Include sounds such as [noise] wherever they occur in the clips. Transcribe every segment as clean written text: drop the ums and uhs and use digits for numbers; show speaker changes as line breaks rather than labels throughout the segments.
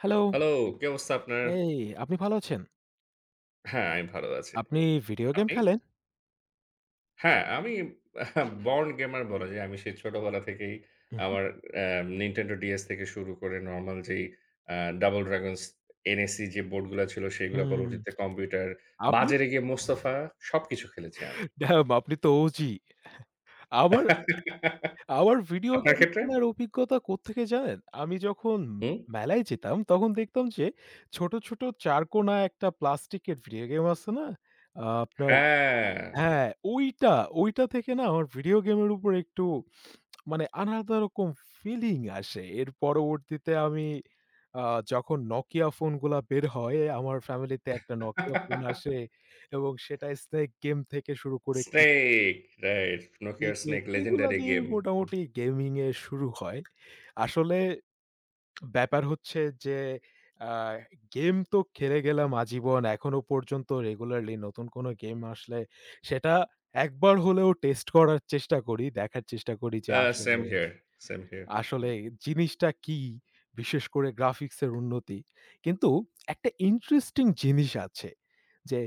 Hello.
Hello, কি অবস্থা আপনার?
এই আপনি ভালো আছেন?
হ্যাঁ, আমি ভালো আছি।
আপনি ভিডিও গেম
আপনি?
খেলেন?
হ্যাঁ, আমি [laughs] born gamer বলা যায়। আমি সেই ছোটবেলা থেকেই
উহু,
আমার অ্যা Nintendo DS থেকে শুরু করে নরমাল যেই আ Double Dragons, NEC যে বোর্ডগুলা ছিল সেগুলা
হুম।
পরবর্তীতে কম্পিউটার,
আপনি
বাজারে গিয়ে মোস্তফা সবকিছু খেলেছি আমি।
ড্যাম, আপনি তো OG। আমার
[laughs]
আমার ভিডিও
আপনার
গেম
ক্ষেত্রে?
খেলার অভিজ্ঞতা কোত্থেকে জানেন? আমি যখন
হুম?
মেলায় যেতাম তখন দেখতাম যে ছোট, ছোট চারকোনা একটা প্লাস্টিকের ভিডিও গেম আছে না? আ আপনার
হ্যাঁ।
হ্যাঁ, ওইটা, ওইটা থেকে না আমার ভিডিও গেমের উপর একটু মানে আলাদা রকম ফিলিং আসে। এর পরবর্তীতে আমি আ যখন Nokia ফোনগুলা বের হয়, আমার ফ্যামিলিতে একটা Nokia ফোন আসে
[laughs]
এবং সেটা Snake গেম থেকে শুরু করে
Snake, right. Nokia
cricket
Snake
এগুলা
legendary
দিয়ে
game. হুম।
মোটামুটি গেমিং এ শুরু হয়। আসলে ব্যাপার হচ্ছে যে আ গেম তো খেলে গেলাম আজীবন। এখনো পর্যন্ত রেগুলারলি নতুন কোনো গেম আসলে সেটা একবার হলেও টেস্ট করার চেষ্টা করি। দেখার চেষ্টা করি যে
আ
আসলে
Same here, same here.
আসলে জিনিসটা কি? বিশেষ করে গ্রাফিক্স এর উন্নতি। কিন্তু একটা ইন্টারেস্টিং জিনিস আছে যে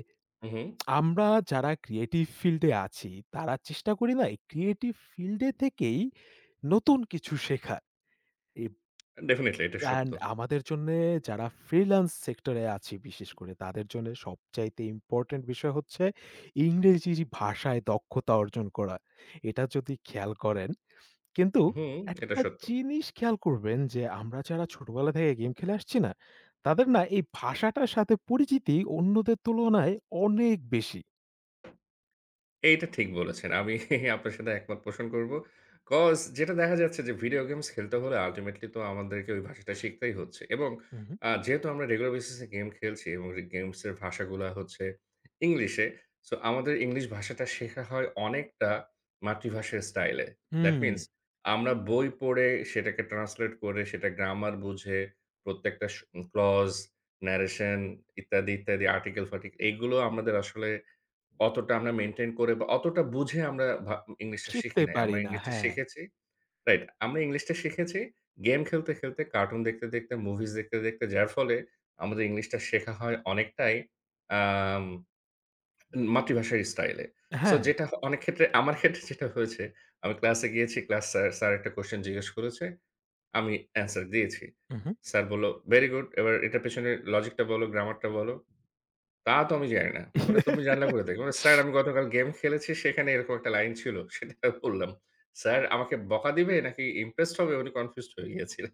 হু, হু।
আমরা যারা ক্রিয়েটিভ ফিল্ডে আছি তারা চেষ্টা করি না এই ক্রিয়েটিভ ফিল্ডে থেকেই নতুন কিছু শেখার। এ
Definitely এটা সত্য।
অ্যান্ড আমাদের জন্যে যারা ফ্রিল্যান্স সেক্টরে আছি বিশেষ করে তাদের জন্য সবচাইতে ইম্পোর্টেন্ট বিষয় হচ্ছে ইংরেজি ভাষায় দক্ষতা অর্জন করা। এটা যদি খেয়াল করেন কিন্তু
হুম, এটা
একটা
সত্য।
জিনিস খেয়াল করবেন যে আমরা যারা ছোটবেলা থেকে গেম খেলে আসছি না, তাদের না এই ভাষাটার সাথে পরিচিতি অন্যদের তুলনায় অনেক বেশি।
এইটা ঠিক বলেছেন। আমি [laughs] আপনার সাথে একমত পোষণ করব। 'Cause যেটা দেখা যাচ্ছে যে ভিডিও গেমস খেলতে হলে আল্টিমেটলি তো আমাদেরকে ওই ভাষাটা শিখতেই হচ্ছে এবং
উহু।
যেহেতু আমরা রেগুলার বেসিস এ গেম খেলছি এবং যে গেমস এর ভাষাগুলা হচ্ছে ইংলিশে। সো আমাদের ইংলিশ ভাষাটা শেখা হয় অনেকটা মাতৃভাষার স্টাইলে। দ্যাট
হুম,
মিনস আমরা বই পড়ে সেটাকে ট্রান্সলেট করে সেটা গ্রামার বুঝে প্রত্যেকটা ক্লজ, ন্যারেশন ইত্যাদি, ইত্যাদি আর্টিকেল ফার্টিকেল এগুলো আমাদের আসলে অতটা আমরা মেইনটেইন করে বা অতটা বুঝে আমরা ইংলিশটা শিখি
শিখতে
নাই। আমরা
পারি না।
ইংলিশটা
হ্যাঁ,
শিখেছি রাইট। আমরা ইংলিশটা শিখেছি গেম খেলতে, খেলতে, কার্টুন দেখতে, দেখতে, মুভিজ দেখতে, দেখতে যার ফলে আমাদের ইংলিশটা শেখা হয় অনেকটাই আম মাতৃভাষার স্টাইলে। সো
হ্যাঁ।
যেটা অনেক ক্ষেত্রে আমার ক্ষেত্রে যেটা হয়েছে, আমি ক্লাসে গিয়েছি। স্যার একটা কোয়েশ্চেন জিজ্ঞেস করেছে। আমি অ্যান্সার দিয়েছি।
উহু।
স্যার বলল, "ভেরি গুড। এবার এটার পেছনে লজিকটা বলো, গ্রামারটা বলো।" তা তো আমি জানি না। ওটা তুমি জানলা করে
[laughs]
দেখবে। বলে, "স্যার আমি গতকাল গেম খেলেছি সেখানে এরকম একটা লাইন ছিল।" সেটা বললাম। স্যার আমাকে বকা দিবে নাকি ইমপ্রেসড হবে উনি কনফিউজড হয়ে গিয়েছিলেন।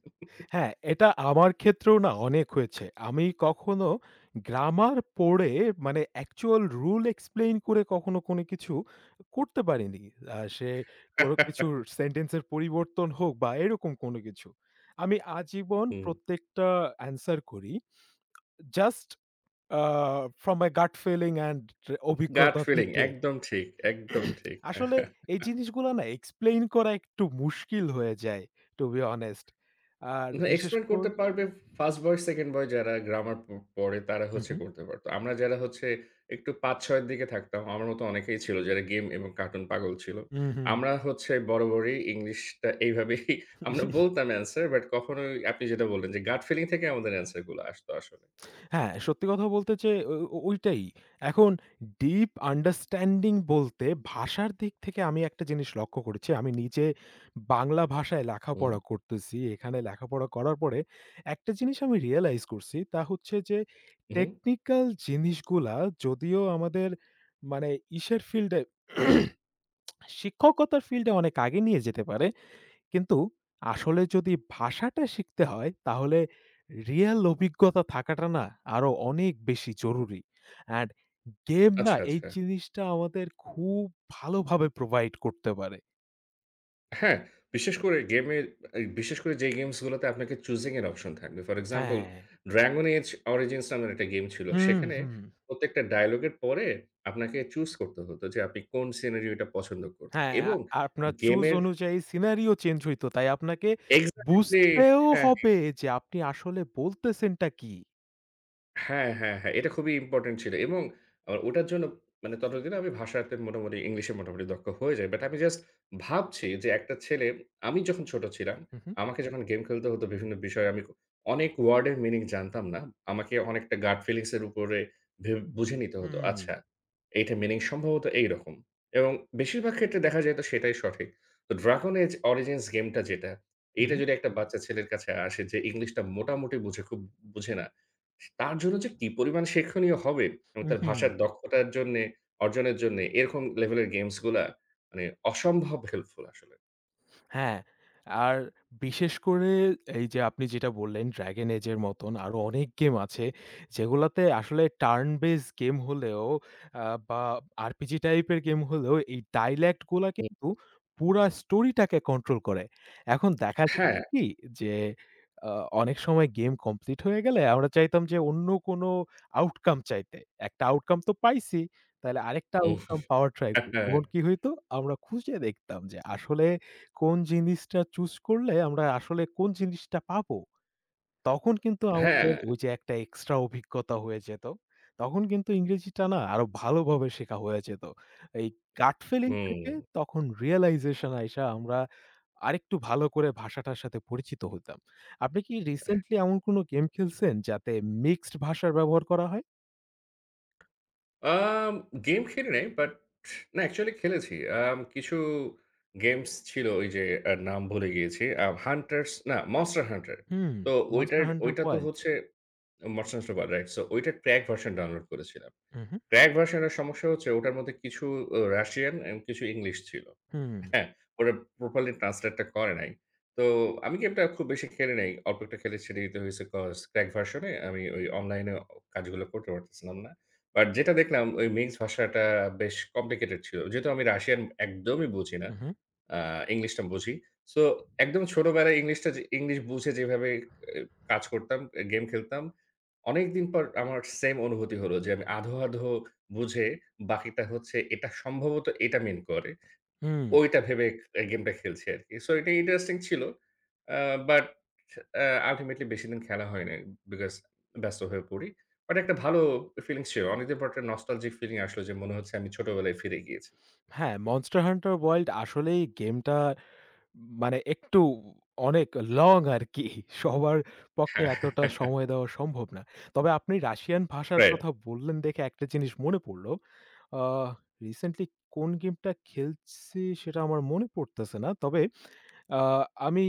হ্যাঁ, এটা আমার ক্ষেত্রেও না অনেক হয়েছে। আমি কখনো গ্রামার পড়ে মানে অ্যাকচুয়াল রুল এক্সপ্লেইন করে কখনো কোনো কিছু করতে পারিনি। আ সে কোনো কিছুর
[laughs]
সেন্টেন্সের পরিবর্তন হোক বা এরকম কোনো কিছু। আমি আজীবন
হুম,
প্রত্যেকটা অ্যান্সার করি just uh from my gut feeling and
gut
অভিজ্ঞতা
ফিলিং
থেকে।
একদম ঠিক, একদম ঠিক।
আসলে এই জিনিসগুলো না এক্সপ্লেইন করা একটু মুশকিল হয়ে যায়, টু বি অনেস্ট। আর
না,
বিশেষ
এক্সপ্যান্ড করতে
করে
পারবে ফার্স্ট বয়, সেকেন্ড বয় যারা গ্রামার পড়ে তারা
হুম,
হচ্ছে
হুম।
করতে পারত। আমরা যারা হচ্ছে একটু ৫-৬ এর দিকে থাকতাম, আমার মতো অনেকেই ছিল যারা গেম এবং কার্টুন পাগল ছিল।
হুম, হুম।
আমরা হচ্ছে বরাবরই ইংলিশটা এইভাবেই [laughs] আমরা বলতাম অ্যান্সার বাট কখনোই আপনি যেটা বললেন যে গাট ফিলিং থেকে আমাদের অ্যান্সার গুলো আসতো আসলে।
হ্যাঁ, সত্যি কথা বলতে যে ও ও ওইটাই। এখন ডিপ আন্ডারস্ট্যান্ডিং বলতে ভাষার দিক থেকে আমি একটা জিনিস লক্ষ্য করেছি। আমি নিজে বাংলা ভাষায়
হুম।
লেখাপড়া করতেছি। এখানে লেখাপড়া করার পরে একটা জিনিস আমি রিয়ালাইজ করছি। তা হচ্ছে যে
হুম,
টেকনিক্যাল জিনিসগুলা যদিও আমাদের মানে ইসের ফিল্ডে [clears throat] শিক্ষকতার ফিল্ডে অনেক আগে নিয়ে যেতে পারে। কিন্তু আসলে যদি ভাষাটা শিখতে হয় তাহলে রিয়েল অভিজ্ঞতা থাকাটা না আরো অনেক বেশি জরুরি। অ্যান্ড গেম না
আচ্ছা,
এই
আচ্ছা।
জিনিসটা আমাদের খুব ভালোভাবে প্রোভাইড করতে পারে।
হ্যাঁ, বিশেষ করে গেমের এই বিশেষ করে যে গেমস গুলোতে আপনাকে চুজিং এর অপশন থাকবে। ফর এক্সাম্পল
হ্যাঁ।
'ড্রাগন এজ অরিজিনস' নামের একটা গেম ছিল।
হুম,
সেখানে
হুম।
প্রত্যেকটা ডায়ালগের পরে আপনাকে চুজ করতে হতো যে আপনি কোন সিনারিওটা পছন্দ করবেন
হ্যাঁ,
এবং
আপনার চুজ
গেমের
অনুযায়ী সিনারিও চেঞ্জ হইতো। তাই আপনাকে
এক্সাক্টলি
বুঝতেও
হ্যাঁ।
হবে যে আপনি আসলে বলতেছেনটা কি।
হ্যাঁ, হ্যাঁ, হ্যাঁ। এটা খুবই ইম্পোর্টেন্ট ছিল এবং ওটার জন্য মানে ততদিনে আমি ভাষাতে মোটামুটি ইংলিশে মোটামুটি দক্ষ হয়ে যাই। বাট আমি জাস্ট ভাবছি যে একটা ছেলে আমি যখন ছোট ছিলাম,
উহু,
আমাকে যখন গেম খেলতে হতো বিভিন্ন বিষয়ে আমি অনেক ওয়ার্ড এর মিনিং জানতাম না। আমাকে অনেকটা গাট ফিলিংস এর উপরে বুঝে নিতে হতো।
হুম,
আচ্ছা, এইটার মিনিং সম্ভবত এইরকম এবং বেশিরভাগ ক্ষেত্রে দেখা যায় তো সেটাই সঠিক। তো ড্রাগন এজ অরিজিনস গেমটা যেটা, এইটা
উহু,
যদি একটা বাচ্চা ছেলের কাছে আসে যে ইংলিশটা মোটামুটি বুঝে, খুব বুঝে না। তার জন্য যে কি পরিমাণ শিক্ষণীয় হবে এবং তার
উহু।
ভাষার হুম। দক্ষতার জন্যে, অর্জনের জন্যে এরকম লেভেলের গেমস গুলা মানে অসম্ভব হেল্পফুল আসলে।
হ্যাঁ, আর বিশেষ করে এই যে আপনি যেটা বললেন 'Dragon Age' এর মতন আরো অনেক গেম আছে যেগুলাতে আসলে টার্ন বেস গেম হলেও আ বা আরপিজি টাইপের গেম হলেও এই ডায়ালগ গুলা
জি।
কিন্তু পুরা স্টোরিটাকে কন্ট্রোল করে। এখন দেখা
হ্যাঁ,
যাচ্ছে কি যে আ অনেক সময় গেম কমপ্লিট হয়ে গেলে আমরা চাইতাম যে অন্য কোনো আউটকাম চাইতে। একটা আউটকাম তো পাইছি, তাইলে আরেকটা
উম
আউটকাম পাওয়ার ট্রাই করি।
হ্যাঁ,
তখন কি হইতো? আমরা খুঁজে দেখতাম যে আসলে কোন জিনিসটা চুজ করলে আমরা আসলে কোন জিনিসটা পাবো? তখন কিন্তু
হ্যাঁ
আমাদের ওই যে একটা এক্সট্রা অভিজ্ঞতা হয়ে যেত। তখন কিন্তু ইংরেজিটা না আরো ভালোভাবে শেখা হয়ে যেত। এই gut feeling
হুম।
থেকে তখন realization আইসা আমরা আরেকটু ভালো করে ভাষাটার সাথে পরিচিত হতাম। আপনি কি রিসেন্টলি এমন কোনো গেম খেলছেন যাতে মিক্সড ভাষার ব্যবহার করা হয়?
আম গেম খেলি নাই বাট না অ্যাকচুয়ালি খেলেছি। কিছু গেমস ছিল ওই যে নাম ভুলে গিয়েছি। হান্টারস না মনস্টার হান্টার।
হুম,
তো ওইটার
Monster Hunter
ওইটা তো
Wilds।
হচ্ছে monster hunter wild right. So ওইটার ক্র্যাক ভার্সন ডাউনলোড করেছিলাম।
উহু,
ক্র্যাক ভার্শনের সমস্যা হচ্ছে ওটার মধ্যে কিছু রাশিয়ান এবং কিছু ইংলিশ ছিল।
হুম,
হ্যাঁ? ওরা প্রপারলি ট্রান্সলেট টা করে নাই। তো আমি গেমটা খুব বেশি খেলি নাই। অল্প একটা খেলে ছেড়ে দিতে হইছে কজ ক্র্যাক ভার্শনে আমি ওই অনলাইনে কাজগুলো করতে পারতেছিলাম না। বাট যেটা দেখলাম ওই মিক্স ভাষাটা বেশ কমপ্লিকেটেড ছিল। যেহেতু আমি রাশিয়ান একদমই বুঝি না।
উহু, হুম।
আ ইংলিশটা বুঝি। সো একদম ছোটবেলায় ইংলিশটা যে ইংলিশ বুঝে যেভাবে এ কাজ করতাম, এ গেম খেলতাম। অনেকদিন পর আমার সেইম অনুভূতি হলো যে আমি আধো, আধো বুঝে বাকিটা হচ্ছে এটা সম্ভবত এটা মিন করে।
হুম।
ওইটা ভেবে এ গেমটা খেলছি আরকি। সো এটা ইন্টারেস্টিং ছিল। আ বাট আ আল্টিমেটলি বেশিদিন খেলা হয় নাই। বিকজ ব্যস্ত হয়ে পড়ি। বাট একটা ভালো ফিলিংস ছিল। অনেকদিন পর একটা নস্টালজিক ফিলিং আসলো যে মনে হচ্ছে আমি ছোটবেলায় ফিরে গিয়েছি।
হ্যাঁ, Monster Hunter Wilds আসলেই গেমটা মানে একটু অনেক লং আরকি। [laughs] সবার পক্ষে
হ্যাঁ,
এতটা সময়
[laughs]
দেওয়া সম্ভব না। তবে আপনি রাশিয়ান ভাষার কথা বললেন দেখে একটা জিনিস মনে পড়ল। আ রিসেন্টলি কোন গেমটা খেলছি সেটা আমার মনে পড়তেছে না। তবে আ আমি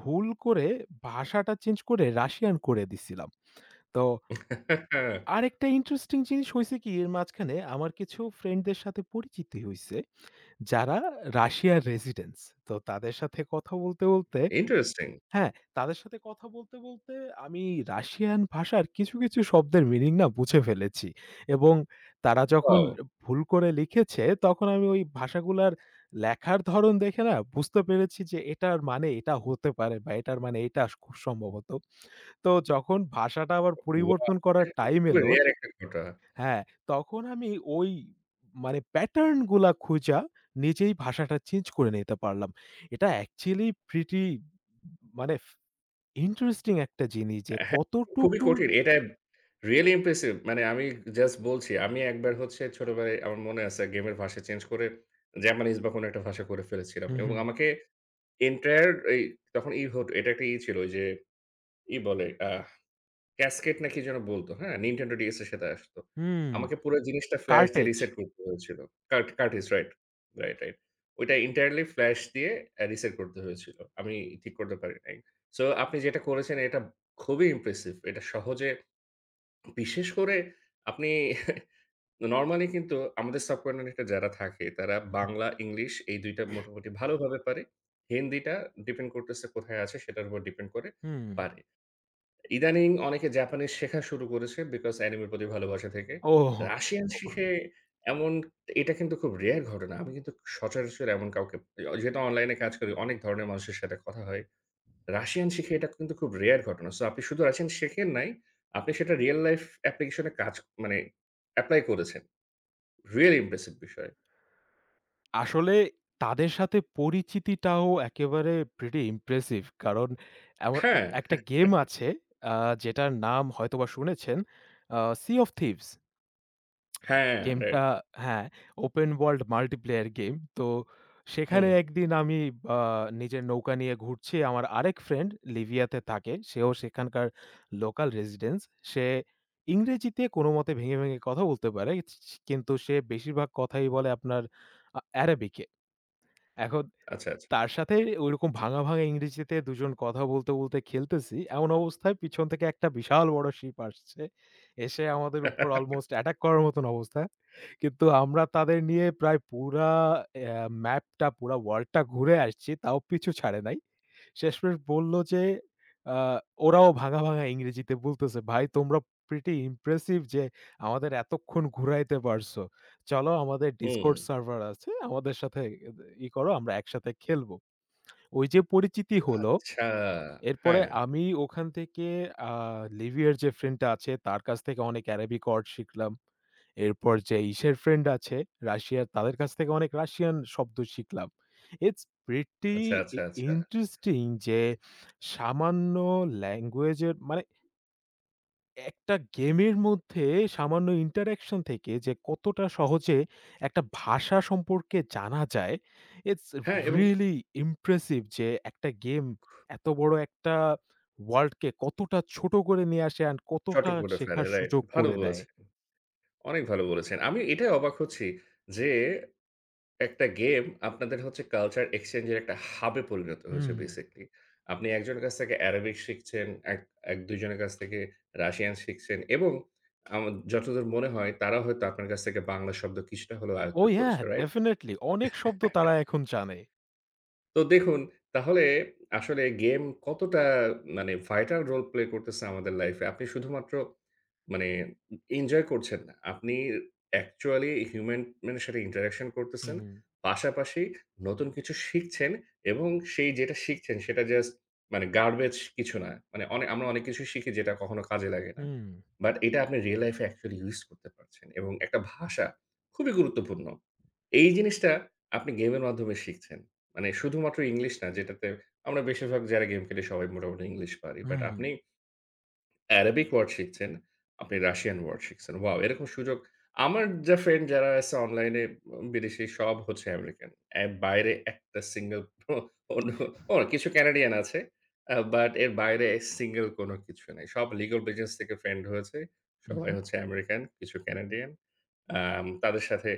ভুল করে ভাষাটা চেঞ্জ করে রাশিয়ান করে দিছিলাম। তো
রাইট।
আরেকটা ইন্টারেস্টিং জিনিস হইছে কি এর মাঝখানে আমার কিছু ফ্রেন্ডদের সাথে পরিচিতি হইছে, যারা রাশিয়ার রেসিডেন্টস। তো তাদের সাথে কথা বলতে, বলতে
ইন্টারেস্টিং।
হ্যাঁ, তাদের সাথে কথা বলতে, বলতে আমি রাশিয়ান ভাষার কিছু, কিছু শব্দের মিনিং না বুঝে ফেলেছি এবং তারা যখন
ওয়াও!
ভুল করে লিখেছে, তখন আমি ওই ভাষাগুলার লেখার ধরন দেখে না বুঝতে পেরেছি যে এটার মানে এটা হতে পারে বা এটার মানে এটা খুব সম্ভবত। তো যখন ভাষাটা আবার
ওয়াও!
পরিবর্তন
এটা
করার
কিন্তু
টাইম
খুবই
এলো
রেয়ার একটা ঘটনা।
হ্যাঁ, তখন আমি ওই মানে প্যাটার্ন গুলা খুঁজা নিজেই ভাষাটা চেঞ্জ করে নিতে পারলাম। এটা অ্যাকচুয়ালি প্রিটি মানে ইন্টারেস্টিং একটা জিনিস যে
হ্যাঁ, খুবই
কতটুকু
কঠিন। এটা রিয়ালি ইমপ্রেসিভ। মানে আমি জাস্ট বলছি, আমি একবার হচ্ছে ছোটবেলায় আমার মনে আছে গেমের ভাষা চেঞ্জ করে জাপানিজ বা কোনো একটা ভাষা করে ফেলেছিলাম
হুম,
এবং
হুম,
আমাকে এন্টায়ার এই তখন ই হত এটা একটা ই ছিল ওই যে ই বলে ক্যাসকেড না কি যেন বলত, হ্যাঁ? Nintendo DS এর সাথে আসতো।
হুম।
আমাকে পুরো জিনিসটা ফ্ল্যাশ দিয়ে
কার্টেজ।
রিসেট করতে হয়েছিল। Cartridge right, right, right. ওইটা এনটায়ারলি ফ্ল্যাশ দিয়ে রিসেট করতে হয়েছিল। আমি ঠিক করতে পারি নাই। সো আপনি যেটা করেছেন এটা খুবই ইমপ্রেসিভ। এটা সহজে বিশেষ করে আপনি [laughs] নরমালি কিন্তু আমাদের সাবকন্টিনেন্ট এ যারা থাকে তারা বাংলা, ইংলিশ এই ২ টা মোটামুটি ভালোভাবে পারে। হিন্দিটা ডিপেন্ড করতেছে কোথায় আছে সেটার উপর ডিপেন্ড করে
হুম।
পারে। ইদানিং অনেকে জাপানিজ শেখা শুরু করেছে বিকজ অ্যানিমের প্রতি ভালোবাসা থেকে।
ওহ!
রাশিয়ান শিখে এমন এটা কিন্তু খুব রেয়ার ঘটনা। আমি কিন্তু সচরাচর এমন কাউকে যেহেতু অনলাইনে কাজ করি অনেক ধরনের মানুষের সাথে কথা হয়। রাশিয়ান শিখে এটা কিন্তু খুব রেয়ার ঘটনা। সো আপনি শুধু রাশিয়ান শেখেন নাই, আপনি সেটা রিয়াল লাইফ অ্যাপ্লিকেশন এ কাজ মানে এপ্লাই করেছেন। রিয়ালি ইমপ্রেসিভ বিষয়।
আসলে তাদের সাথে পরিচিতিটাও একেবারে প্রিটি ইমপ্রেসিভ। কারণ এমন
হ্যাঁ,
একটা
[laughs]
গেম আছে আ যেটার নাম হয়তোবা শুনেছেন, 'Sea of Thieves'
হ্যাঁ,
গেমটা।
রাইট।
হ্যাঁ, ওপেন ওয়ার্ল্ড মাল্টিপ্লেয়ার গেম। তো
হুম,
সেখানে একদিন আমি আ নিজের নৌকা নিয়ে ঘুরছি। আমার আরেক ফ্রেন্ড লিবিয়াতে থাকে। সেও সেখানকার লোকাল রেসিডেন্স। সে ইংরেজিতে কোনমতে ভেঙে, ভেঙে কথা বলতে পারে। ছি ছি কিন্তু সে বেশিরভাগ কথাই বলে আপনার অ্যারাবিকে। এখন
আচ্ছা, আচ্ছা।
তার সাথে ওইরকম ভাঙা, ভাঙা ইংরেজিতে দুজন কথা বলতে, বলতে খেলতেছি। এমন অবস্থায় পিছন থেকে একটা বিশাল বড় শিপ আসছে। এসে আমাদের উপর
[laughs]
অলমোস্ট অ্যাটাক করার মতন অবস্থা। কিন্তু আমরা তাদের নিয়ে প্রায় পুরা অ্যা ম্যাপটা, পুরা ওয়ার্ল্ডটা ঘুরে আসছি, তাও পিছু ছাড়ে নাই। শেষমেশ বলল যে, আ ওরাও ভাঙা, ভাঙা ইংরেজিতে বলতেছে, "ভাই তোমরা pretty impressive যে আমাদের এতক্ষণ ঘুরাইতে পারছো। চলো আমাদের
হুম,
Discord সার্ভার আছে। আমাদের সাথে ই করো, আমরা একসাথে খেলবো।" ওই যে পরিচিতি হলো,
আচ্ছা।
এরপরে
হ্যাঁ,
আমি ওখান থেকে আ লিভিয়ার যে ফ্রেন্ডটা আছে, তার কাছ থেকে অনেক অ্যারাবিক ওয়ার্ড শিখলাম। এরপর যে ইসের ফ্রেন্ড আছে রাশিয়ার, তাদের কাছ থেকে অনেক রাশিয়ান শব্দ শিখলাম। It's pretty
আচ্ছা,
i
আচ্ছা, আচ্ছা।
interesting যে সামান্য ল্যাঙ্গুয়েজের মানে একটা গেমের মধ্যে সামান্য ইন্টারেকশন থেকে যে কতটা সহজে একটা ভাষা সম্পর্কে জানা যায়। It's
হ্যাঁ এবং
really impressive যে একটা গেম এত বড় একটা ওয়ার্ল্ডকে কতটা ছোট করে নিয়ে আসে অ্যান্ড
চট
কতটা
করে ফেলে,
শেখার
রাইট।
সুযোগ
ভালো
করে দেয়।
বলেছেন। অনেক ভালো বলেছেন। আমি এটাই অবাক হচ্ছি যে, একটা গেম আপনাদের হচ্ছে কালচার এক্সচেঞ্জ এর একটা হাব এ পরিণত হয়েছে
হুম।
বেসিক্যালি। আপনি একজনের কাছ থেকে অ্যারাবিক শিখছেন, এক, ১-২ জনের কাছ থেকে রাশিয়ান শিখছেন এবং আমার যতদূর মনে হয় তারা হয়তো আপনার কাছ থেকে বাংলা শব্দ কিছুটা হলেও আয়ত্ত
Oh yeah,
করেছে, রাইট?
definitely অনেক শব্দ তারা এখন জানে।
তো দেখুন, তাহলে আসলে গেম কতটা মানে ভাইটাল রোল প্লে করতেছে আমাদের লাইফে। আপনি শুধুমাত্র মানে এনজয় করছেন না। আপনি অ্যাকচুয়ালি হিউম্যান ম্যানের সাথে ইন্টারেকশন
হু,
করতেছেন।
হু।
পাশাপাশি নতুন কিছু শিখছেন এবং সেই যেটা শিখছেন সেটা জাস্ট মানে গার্বেজ কিছু না। মানে আমরা অনেক কিছু শিখি যেটা কখনো কাজে লাগে না।
হুম,
বাট এটা আপনি রিয়াল লাইফ এ অ্যাকচুয়ালি ইউস করতে পারছেন এবং একটা ভাষা খুবই গুরুত্বপূর্ণ। এই জিনিসটা আপনি গেমের মাধ্যমে শিখছেন। মানে শুধুমাত্র ইংলিশ না যেটাতে আমরা বেশিরভাগ যারা গেম খেলি সবাই মোটামুটি ইংলিশ পারি। বাট
হুম,
আপনি অ্যারাবিক ওয়ার্ড শিখছেন, আপনি রাশিয়ান ওয়ার্ড শিখছেন। ওয়াও! এরকম সুযোগ আমার যা ফ্রেন্ড যারা আছে অনলাইনে বিদেশী সব হচ্ছে আমেরিকান। এ বাইরে একটা সিঙ্গল [laughs] অন্য কিছু কানাডিয়ান আছে। বাট এর বাইরে সিঙ্গল কোনো কিছু নাই। সব লিগ্যাল বিজনেস থেকে ফ্রেন্ড হয়েছে। সবাই
উহু,
হচ্ছে আমেরিকান, কিছু কানাডিয়ান। তাদের সাথে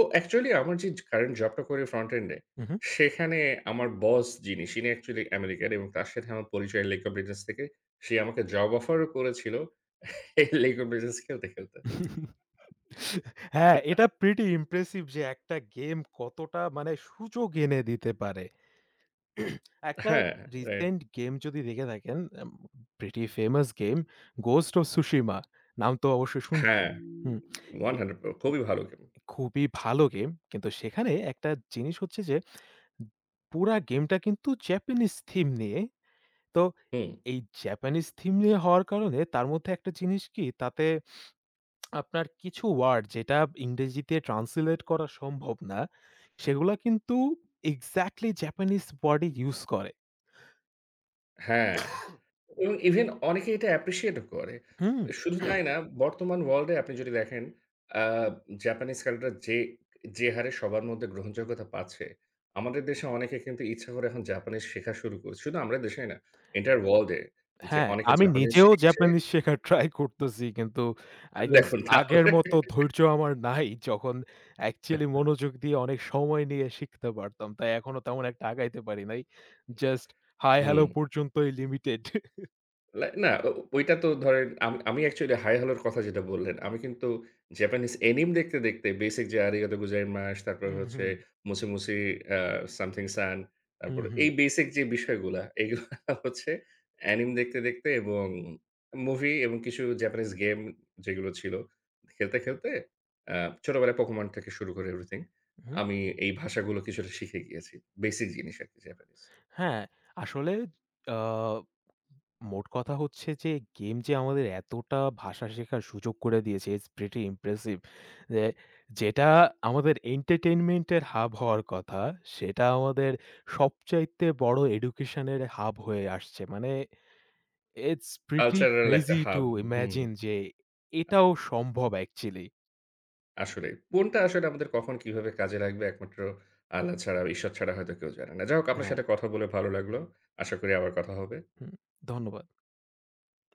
অ্যাকচুয়ালি আমার যে কারেন্ট জবটা করি ফ্রন্ট এন্ড এ,
উহু।
সেখানে আমার বস যিনি তিনি অ্যাকচুয়ালি আমেরিকান এবং তার সাথে আমার পরিচয় Lake of Legends থেকে। সে আমাকে জব অফারও করেছিল এই Lake of Legends খেলতে, খেলতে।
হ্যাঁ, এটা pretty impressive যে একটা গেম কতটা মানে সুযোগ এনে দিতে পারে। একটা
হ্যাঁ, রাইট।
রিসেন্ট গেম যদি দেখে থাকেন pretty famous game Ghost of Tsushima নাম তো অবশ্যই
হ্যাঁ,
শুনছেন। হুম, গে
100 খুবই ভালো গেম।
খুবই ভালো গেম। কিন্তু সেখানে একটা জিনিস হচ্ছে যে পুরা গেমটা কিন্তু জ্যাপানিজ থিম নিয়ে। তো
হুম।
এই জাপানিজ থিম নিয়ে হওয়ার কারণে তার মধ্যে একটা জিনিস কি তাতে আপনার কিছু ওয়ার্ড যেটা ইংরেজিতে ট্রান্সলেট করা সম্ভব না, সেগুলা কিন্তু এক্সাক্টলি জাপানিজ ওয়ার্ড ই ইউস করে।
হ্যাঁ। এবং ইভেন অনেকে এটা অ্যাপ্রিশিয়েট ও করে।
হুম?
শুধু তাই না, বর্তমান ওয়ার্লড এ আপনি যদি দেখেন আ জাপানিজ কালচার যে যে হারে সবার মধ্যে গ্রহণযোগ্যতা পাচ্ছে, আমাদের দেশে অনেকে কিন্তু ইচ্ছা করে এখন জাপানিজ শেখা শুরু করছে। শুধু আমাদের দেশেই না, এন্টায়ার ওয়ার্লড এ যে
হ্যাঁ,
অনেকে
আমি
জাপানিজ
নিজেও
শিখছে
জাপানিজ শেখার ট্রাই করতেছি কিন্তু I guess
দেখুন
আগের
তাহলে
মতো ধৈর্য আমার নাই যখন অ্যাকচুয়ালি মনোযোগ দিয়ে অনেক সময় নিয়ে শিখতে পারতাম। তাই এখনো তেমন একটা আগাইতে পারি নাই। জাস্ট হাই,
হুম।
হ্যালো পর্যন্তই লিমিটেড।
লা না, ওইটা তো ধরেন আমি অ্যাকচুয়ালি হাই হলোর কথা যেটা বললেন, আমি কিন্তু জাপানিজ অ্যানিম দেখতে, দেখতে বেসিক যে 'আরিগাতো গোজাইমাসু' তারপর
উহু,
হচ্ছে 'মুসুমুসি আ সামথিং সান' তারপর
উহু,
এই বেসিক যে বিষয়গুলা, এগুলা [laughs] হচ্ছে অ্যানিম দেখতে, দেখতে এবং মুভি এবং কিছু জাপানিজ গেম যেগুলো ছিল, খেলতে, খেলতে আ ছোটবেলায় 'পোকোমন' থেকে শুরু করে এভরিথিং
হু।
আমি এই ভাষাগুলো কিছুটা শিখে গিয়েছি। বেসিক জিনিস আরকি জাপানিজ।
হ্যাঁ, আসলে আ মোট কথা হচ্ছে যে গেম যে আমাদের এতটা ভাষা শেখার সুযোগ করে দিয়েছে it's pretty impressive যে যেটা আমাদের entertainment এর হাব হওয়ার কথা, সেটা আমাদের সবচাইতে বড় education এর হাব হয়ে আসছে। মানে it's pretty
কালচারাল একটা
crazy to
হাব হুম।
imagine যে এটাও সম্ভব actually।
আসলেই। কোনটা আসলে আমাদের কখন কিভাবে কাজে লাগবে একমাত্র আল্লাহ ছাড়া, ঈশ্বর ছাড়া হয়তো কেউ জানে না। যাই হোক আপনার
হ্যাঁ,
সাথে কথা বলে ভালো লাগলো। আশা করি আবার কথা হবে।
হুম, ধন্যবাদ।